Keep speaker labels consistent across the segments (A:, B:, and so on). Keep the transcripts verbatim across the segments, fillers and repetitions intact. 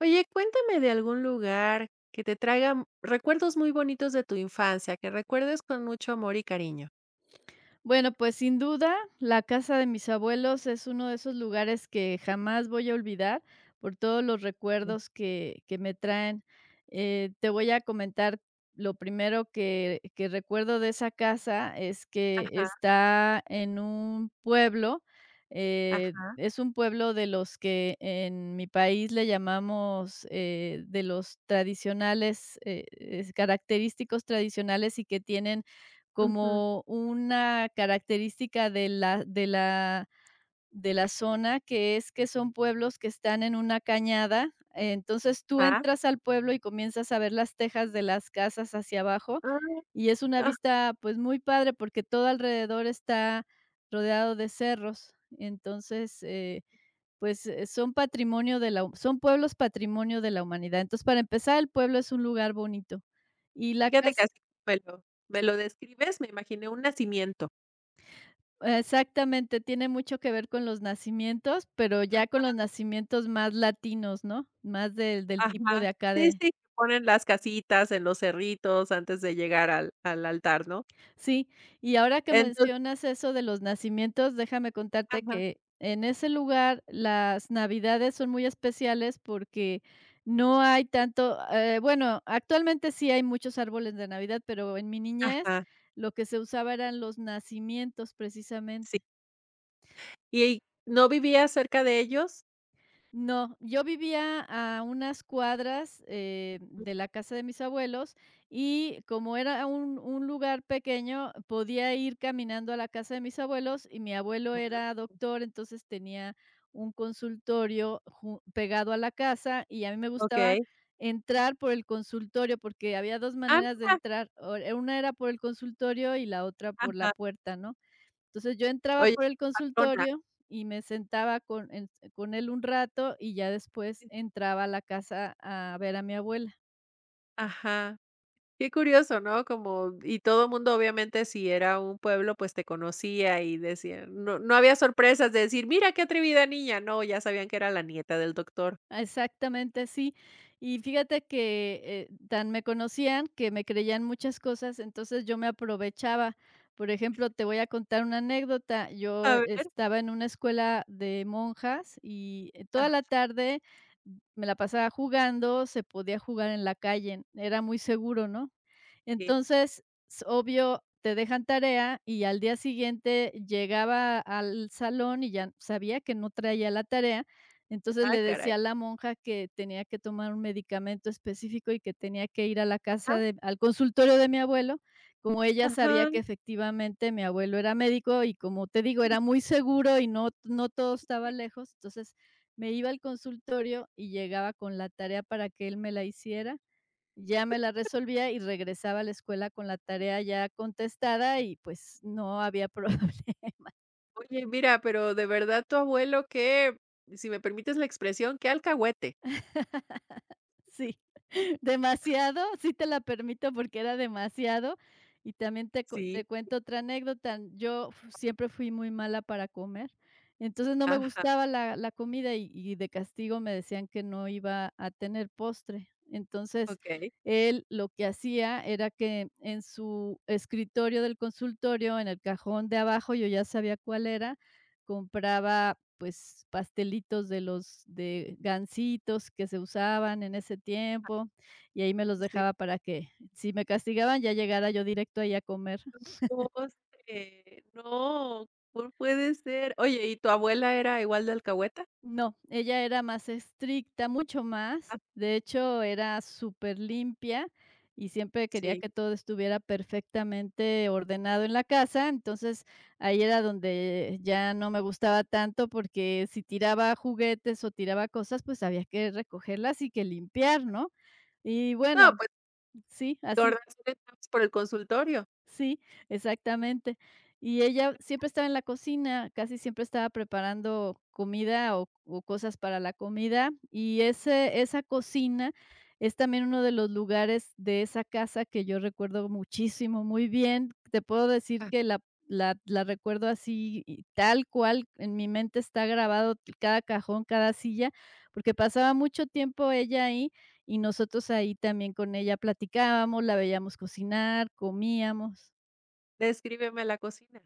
A: Oye, cuéntame de algún lugar que te traiga recuerdos muy bonitos de tu infancia, que recuerdes con mucho amor y cariño.
B: Bueno, pues sin duda, la casa de mis abuelos es uno de esos lugares que jamás voy a olvidar por todos los recuerdos que, que me traen. Eh, te voy a comentar lo primero que, que recuerdo de esa casa es que
A: Ajá,
B: está en un pueblo. Eh,
A: ajá,
B: es un pueblo de los que en mi país le llamamos eh, de los tradicionales, eh, es- característicos tradicionales y que tienen
A: ujú.
B: como una característica de la de la de la zona, que es que son pueblos que están en una cañada. Entonces, tú
A: Ah,
B: entras al pueblo y comienzas a ver las tejas de las casas hacia abajo,
A: ah,
B: y es una
A: ah,
B: vista, pues, muy padre, porque todo alrededor está rodeado de cerros. Entonces, eh, pues, eh, son patrimonio de la hu- son pueblos patrimonio de la humanidad. Entonces, para empezar, el pueblo es un lugar bonito. Y la
A: fíjate
B: casa
A: que así me lo me lo describes, me imaginé un nacimiento.
B: exactamente, tiene mucho que ver con los nacimientos, pero ya con los nacimientos más latinos, ¿no? Más del del tipo
A: Ajá.
B: de acá
A: Sí,
B: de
A: sí, que ponen las casitas en los cerritos antes de llegar al al altar, ¿no?
B: sí, y ahora que
A: Entonces
B: mencionas eso de los nacimientos, déjame contarte
A: ajá,
B: que en ese lugar las navidades son muy especiales porque no hay tanto, eh, bueno, actualmente sí hay muchos árboles de Navidad, pero en mi niñez
A: ajá,
B: lo que se usaba eran los nacimientos
A: sí.
B: precisamente.
A: ¿Y no vivías cerca de ellos?
B: No, yo vivía a unas cuadras, eh,
A: Ujú,
B: de la casa de mis abuelos y como era un un lugar pequeño, podía ir caminando a la casa de mis abuelos y mi abuelo era doctor, entonces tenía un consultorio ju pegado a la casa y a mí me gustaba
A: okey.
B: entrar por el consultorio, porque había dos
A: Ah,
B: maneras de
A: mira,
B: entrar, o una era por el consultorio y la otra por la
A: ajá.
B: puerta, ¿no? Entonces, yo entraba
A: Oye,
B: por el
A: patrona.
B: consultorio y me sentaba con en con él un rato, y ya después entraba a la casa a ver a mi abuela.
A: Ajá. Qué curioso, ¿no? Como y todo el mundo, obviamente, si era un pueblo, pues, te conocía y decía no no había sorpresas de decir: "Mira qué atrevida niña". No, ya sabían que era la nieta del doctor.
B: Exactamente, sí. Y fíjate que, eh, tan me conocían que me creían muchas cosas, entonces yo me aprovechaba. Por ejemplo, te voy a contar una anécdota. Yo
A: A ver,
B: estaba en una escuela de monjas y, eh, toda
A: ah,
B: la tarde me la pasaba jugando, se podía jugar en la calle, era muy seguro, ¿no?
A: sí.
B: Entonces, s obvio, te dejan tarea y al día siguiente llegaba al salón y ya sabía que no traía la tarea. Entonces
A: Ah,
B: le
A: caray.
B: decía a la monja que tenía que tomar un medicamento específico y que tenía que ir a la casa
A: Ah,
B: de al consultorio de mi abuelo, como ella sabía
A: ajá.
B: que efectivamente mi abuelo era médico y como te digo,
A: Sí,
B: era muy seguro y no no todo
A: sí,
B: estaba
A: sí.
B: lejos, entonces me iba al consultorio y llegaba con la tarea para que él me la hiciera, ya me la resolvía y regresaba a la escuela con la tarea ya contestada y, pues, no había problema.
A: Oye, mira, pero de verdad tu abuelo que, si me permites la expresión, qué alcahuete.
B: Sí, demasiado, sí te la permito porque era demasiado. Y también te cu
A: Sí,
B: te cuento otra anécdota. Yo fu Siempre fui muy mala para comer, entonces no me
A: ajá,
B: gustaba la la comida y y de castigo me decían que no iba a tener postre. Entonces,
A: okey.
B: él lo que hacía era que en su escritorio del consultorio, en el cajón de abajo, yo ya sabía cuál era, compraba, pues, pastelitos de los de gansitos que se usaban en ese tiempo, y ahí me los
A: Sí.
B: dejaba para que si me castigaban, ya llegara yo directo ahí a comer.
A: No sé, no, no puede ser. Oye, ¿y tu abuela era igual de alcahueta?
B: No, ella era más estricta, mucho más. De hecho, era súper limpia y siempre quería
A: Sí.
B: que todo estuviera perfectamente ordenado en la casa. Entonces, ahí era donde ya no me gustaba tanto porque si tiraba juguetes o tiraba cosas, pues había que recogerlas y que limpiar, ¿no? Y bueno,
A: No, pues,
B: sí,
A: te
B: así
A: organizas por el consultorio.
B: sí, exactamente. Y ella siempre estaba en la cocina, casi siempre estaba preparando comida o o cosas para la comida, y ese esa cocina es también uno de los lugares de esa casa que yo recuerdo muchísimo, muy bien. Te puedo decir
A: Ah,
B: que la la la recuerdo así, y tal cual, en mi mente está grabado cada cajón, cada silla, porque pasaba mucho tiempo ella ahí y nosotros ahí también con ella platicábamos, la veíamos cocinar, comíamos.
A: descríbeme la cocina,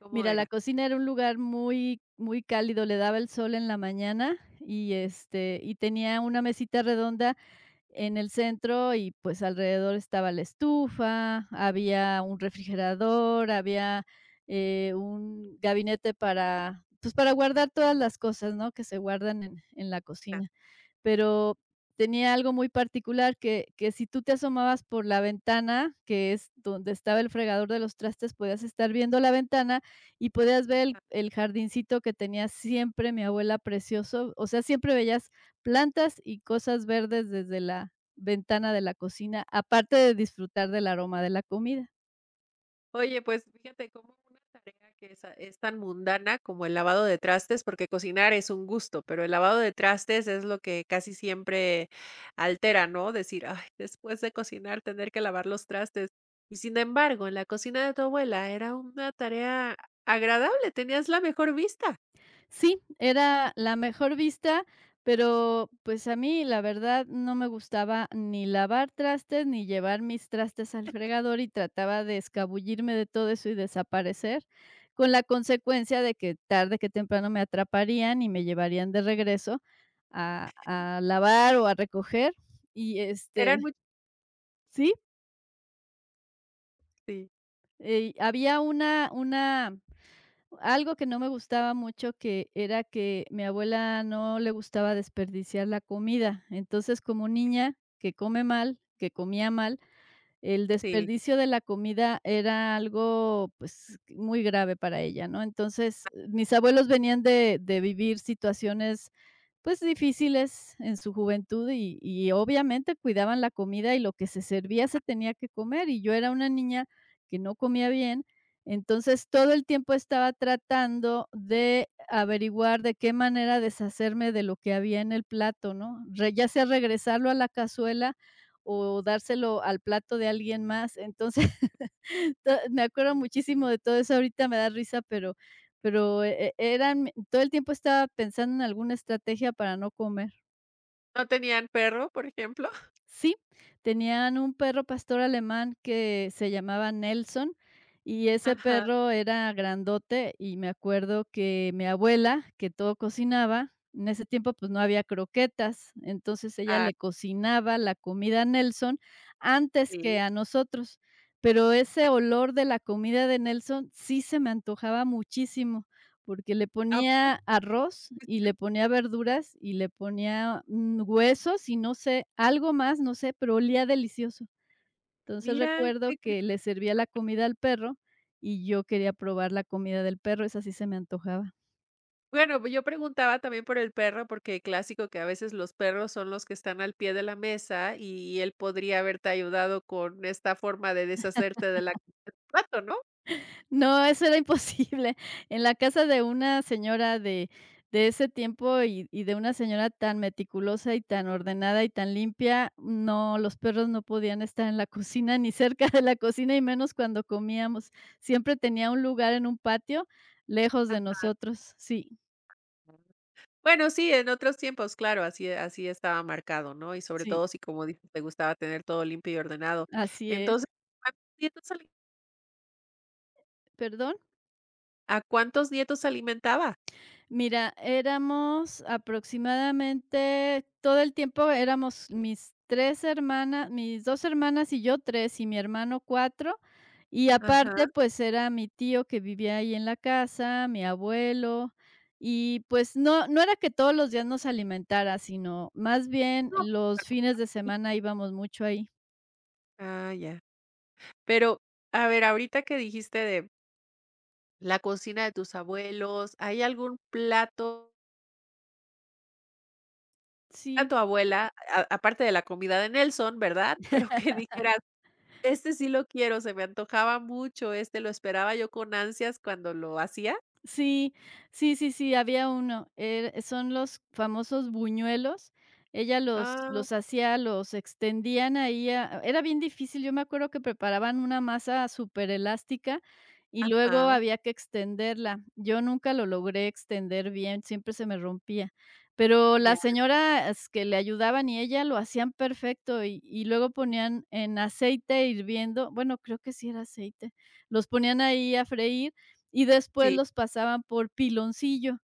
A: ¿cómo
B: Mira, la
A: era?
B: cocina era un lugar muy, muy cálido, le daba el sol en la mañana y, este, y tenía una mesita redonda en el centro y pues alrededor estaba la estufa, había un refrigerador, había eh, un gabinete para, pues para guardar todas las cosas, ¿no? Que se guardan en, en la
A: Na
B: cocina. Pero tenía algo muy particular que que si tú te asomabas por la ventana, que es donde estaba el fregador de los trastes, podías estar viendo la ventana y podías ver el el jardincito que tenía siempre mi abuela precioso, o sea, siempre veías plantas y cosas verdes desde la ventana de la cocina, aparte de disfrutar del aroma de la comida.
A: Oye, pues, fíjate cómo una tarea que es es tan mundana como el lavado de trastes, porque cocinar es un gusto, pero el lavado de trastes es lo que casi siempre altera, ¿no? Decir: "Ay, después de cocinar, tener que lavar los trastes". Y sin embargo, en la cocina de tu abuela era una tarea agradable, tenías la mejor vista.
B: Sí, era la mejor vista, pero, pues, a mí, la verdad, no me gustaba ni lavar trastes, ni llevar mis trastes al fregador, y trataba de escabullirme de todo eso y desaparecer, con la consecuencia de que tarde que temprano me atraparían y me llevarían de regreso a a lavar o a recoger. Y, este
A: Eran muy
B: sí,
A: sí,
B: eh, había una una algo que no me gustaba mucho que era que mi abuela no le gustaba desperdiciar la comida. Entonces, como niña que come mal, que comía mal, el
A: sí.
B: desperdicio de la comida era algo, pues, muy grave para ella, ¿no? Entonces, mis abuelos venían de de vivir situaciones, pues, difíciles en su juventud y y obviamente cuidaban la comida y lo que se servía se tenía que comer, y yo era una niña que no comía bien. Entonces, todo el tiempo estaba tratando de averiguar de qué manera deshacerme de lo que había en el plato, ¿no? Re Ya sea regresarlo a la cazuela o dárselo al plato de alguien más. Entonces, to me acuerdo muchísimo de todo eso, ahorita me da risa, pero pero e e eran todo el tiempo estaba pensando en alguna estrategia para no comer.
A: No tenían perro, por ejemplo.
B: Sí, tenían un perro pastor alemán que se llamaba Nelson y ese
A: Ajá.
B: perro era grandote y me acuerdo que mi abuela, que todo cocinaba, en ese tiempo pues no había croquetas, entonces ella
A: Ah,
B: le cocinaba la comida a Nelson antes que
A: sí.
B: a nosotros, pero ese olor de la comida de Nelson sí se me antojaba muchísimo porque le
A: ¿A poco?
B: ponía arroz y le ponía verduras y le ponía, mm, huesos y no sé, algo más, no sé, pero olía delicioso. Entonces,
A: Mira,
B: recuerdo
A: qué
B: que
A: curioso.
B: le servía la comida al perro y yo quería probar la comida del perro, esa sí se me antojaba.
A: Bueno, pues, yo preguntaba también por el perro, porque clásico que a veces los perros son los que están al pie de la mesa, y él podría haberte ayudado con esta forma de deshacerte de la del plato, ¿no?
B: No, eso era imposible. En la casa de una señora de de ese tiempo y y de una señora tan meticulosa y tan ordenada y tan limpia, no, los perros no podían estar en la cocina ni cerca de la cocina y menos cuando comíamos. Siempre tenía un lugar en un patio lejos de
A: Ajá.
B: nosotros. Sí,
A: Bueno, sí, en otros tiempos, claro, así así estaba marcado, ¿no? Y sobre
B: sí,
A: todo si, como dices, te gustaba tener todo limpio y ordenado.
B: así es.
A: Entonces, ¿cuántos nietos ali
B: ¿Perdón?
A: a cuántos nietos alimentaba?
B: Mira, éramos aproximadamente todo el tiempo éramos mis tres hermanas mis dos hermanas y yo, tres y mi hermano, cuatro. Y
A: Ajá.
B: aparte, pues, era mi tío que vivía ahí en la casa, mi abuelo, y, pues, no no era que todos los días nos alimentara, sino más bien
A: No, pues,
B: los fines
A: a-
B: de semana íbamos mucho ahí.
A: ah, ya. Pero, a ver, ahorita que dijiste de la cocina de tus abuelos, ¿hay algún plato a
B: Sí.
A: tu abuela, a aparte de la comida de Nelson, verdad? Pero que dijeras, este sí lo quiero, se me antojaba mucho, este lo esperaba yo con ansias cuando lo hacía.
B: Sí, sí, sí, sí, había uno, eh, son los famosos buñuelos. Ella los
A: Ajá,
B: los hacía, los extendían ahí a era bien difícil, yo me acuerdo que preparaban una masa súper elástica y luego había que extenderla. Yo nunca lo logré extender bien, siempre se me rompía, pero
A: ya,
B: las señoras que le ayudaban y ella lo hacían perfecto y y luego ponían en aceite hirviendo, bueno, creo que sí era aceite, los ponían ahí a freír y después
A: sí.
B: los pasaban por piloncillo.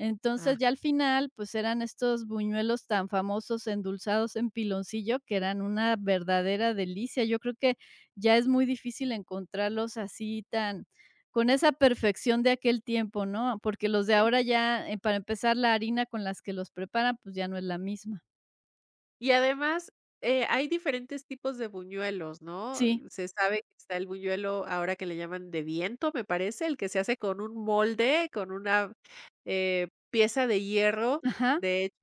B: Entonces, ya al final, pues eran estos buñuelos tan famosos endulzados en piloncillo que eran una verdadera delicia. Yo creo que ya es muy difícil encontrarlos así tan con esa perfección de aquel tiempo, ¿no? Porque los de ahora ya, eh, para empezar, la harina con las que los preparan, pues ya no es la misma.
A: Y además, eh, hay diferentes tipos de buñuelos, ¿no?
B: Sí,
A: Se sabe que está el buñuelo, ahora que le llaman de viento, me parece, el que se hace con un molde, con una eh, pieza de hierro,
B: ajá.
A: de hecho,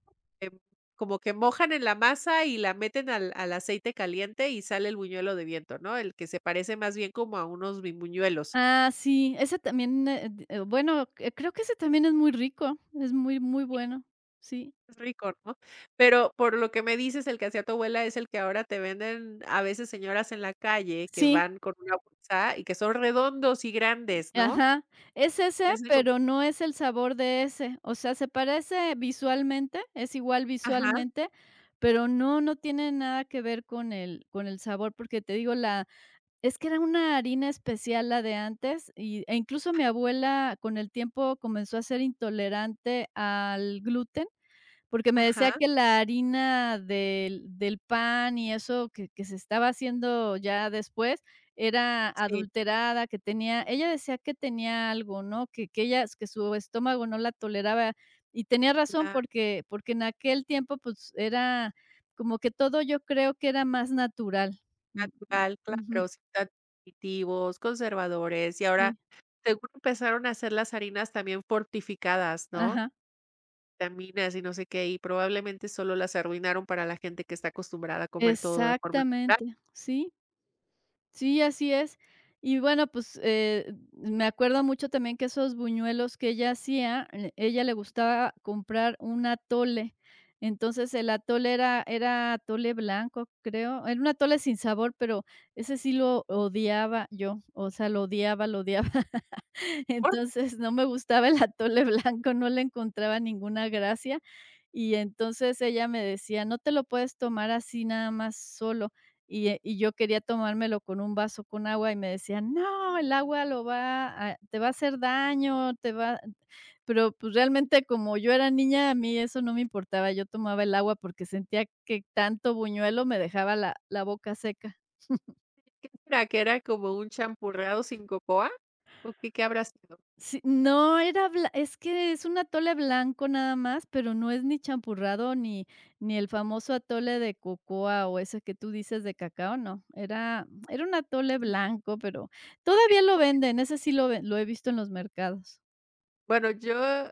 A: em, como que mojan en la masa y la meten al, al aceite caliente y sale el buñuelo de viento, ¿no? El que se parece más bien como a unos buñuelos.
B: Ah, sí, ese también, eh, d eh, bueno, eh, creo que ese también es muy rico, es muy, muy bueno. Sí,
A: Es rico, ¿no? Pero por lo que me dices, el que hacía tu abuela es el que ahora te venden a veces señoras en la calle que
B: sí.
A: van con una bolsa y que son redondos y grandes, ¿no?
B: Ajá, es ese,
A: Es de como
B: pero no es el sabor de ese, o sea, se parece visualmente, es igual
A: ajá,
B: visualmente, pero no, no tiene nada que ver con el con el sabor, porque te digo, la es que era una harina especial la de antes y e incluso mi abuela con el tiempo comenzó a ser intolerante al gluten porque me decía
A: ajá,
B: que la harina del del pan y eso que que se estaba haciendo ya después era
A: sí,
B: adulterada, que tenía ella decía que tenía algo, ¿no? Que que ella que su estómago no la toleraba, y tenía razón
A: la
B: porque porque en aquel tiempo, pues, era como que todo yo creo que era más natural. Mm,
A: natural,
B: mm, ujú,
A: claro, sin tantos aditivos, conservadores, y ahora
B: sí,
A: seguro empezaron a hacer las harinas también fortificadas, ¿no?
B: ajá,
A: Vitaminas y no sé qué, y probablemente solo las arruinaron para la gente que está acostumbrada a comer todo de forma natural,
B: exactamente, sí. Sí, así es. Y bueno, pues, eh, me acuerdo mucho también que esos buñuelos que ella hacía, eh, ella le gustaba comprar un atole. Entonces, el atole era era atole blanco, creo. Era un atole sin sabor, pero ese sí lo odiaba yo, o sea, lo odiaba, lo odiaba.
A: ¿no?
B: Entonces, no me gustaba el atole blanco, no le encontraba ninguna gracia. Y entonces ella me decía: "No te lo puedes tomar así nada más solo". Y, eh, y yo quería tomármelo con un vaso con agua y me decía: "No, el agua lo va a te va a hacer daño, te va". Pero, pues, realmente, como yo era niña, a mí eso no me importaba, yo tomaba el agua porque sentía que tanto buñuelo me dejaba la la boca seca.
A: ¿Qué será? ¿Que era como un champurrado sin cocoa? ¿O qué qué habrá sido?
B: Sí, no, era bla es que es un atole blanco nada más, pero no es ni champurrado ni ni el famoso atole de cocoa o ese que tú dices de cacao, no, era era un atole blanco, pero
A: Porque,
B: todavía lo
A: ¿no?
B: venden, ese sí lo ve lo he visto en los mercados.
A: Bueno, yo eh,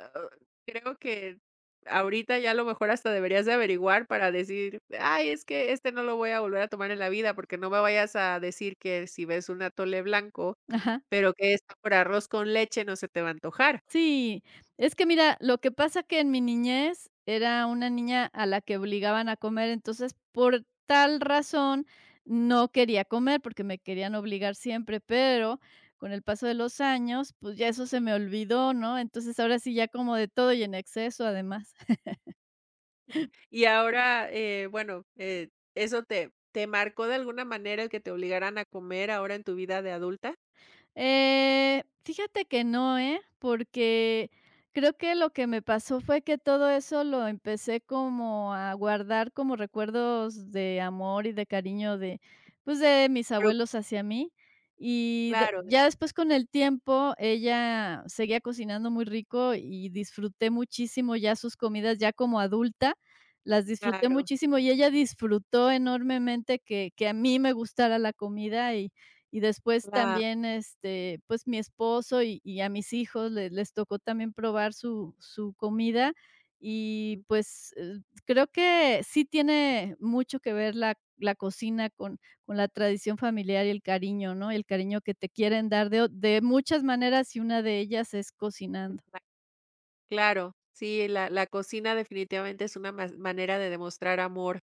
A: creo que ahorita ya a lo mejor hasta deberías de averiguar para decir: "Ay, es que este no lo voy a volver a tomar en la vida", porque no me vayas a decir que si ves un atole blanco,
B: Ajá.
A: pero que es por arroz con leche, no se te va a antojar.
B: Sí, es que mira, lo que pasa que en mi niñez era una niña a la que obligaban a comer, entonces por tal razón no quería comer porque me querían obligar siempre, pero con el paso de los años, pues ya eso se me olvidó, ¿no? Entonces ahora sí ya como de todo y en exceso además.
A: Y ahora, eh, bueno, eh, ¿eso te te marcó de alguna manera el que te obligaran a comer ahora en tu vida de adulta?
B: Eh, fíjate que no, ¿eh? Porque creo que lo que me pasó fue que todo eso lo empecé como a guardar como recuerdos de amor y de cariño de, pues, de mis
A: Pero
B: abuelos hacia mí. Y de-
A: claro,
B: ya después con el tiempo ella seguía cocinando muy rico y disfruté muchísimo ya sus comidas ya como adulta, las disfruté
A: claro,
B: muchísimo y ella disfrutó enormemente que, que a mí me gustara la comida y después
A: claro.
B: también, este, pues, mi esposo y y a mis hijos le les tocó también probar su su comida y, pues, eh, creo que sí tiene mucho que ver la la cocina con con la tradición familiar y el cariño, ¿no? El cariño que te quieren dar de o de muchas maneras, y una de ellas es cocinando.
A: Claro, sí, la la cocina definitivamente es una mas manera de demostrar amor.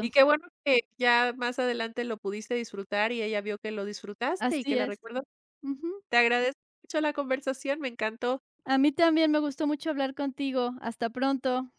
A: Y qué bueno que ya más adelante lo pudiste disfrutar y ella vio que lo disfrutaste y que
B: así
A: la
B: es.
A: recuerdas.
B: Ujú.
A: Te agradezco mucho la conversación, me encantó.
B: A mí también me gustó mucho hablar contigo. Hasta pronto.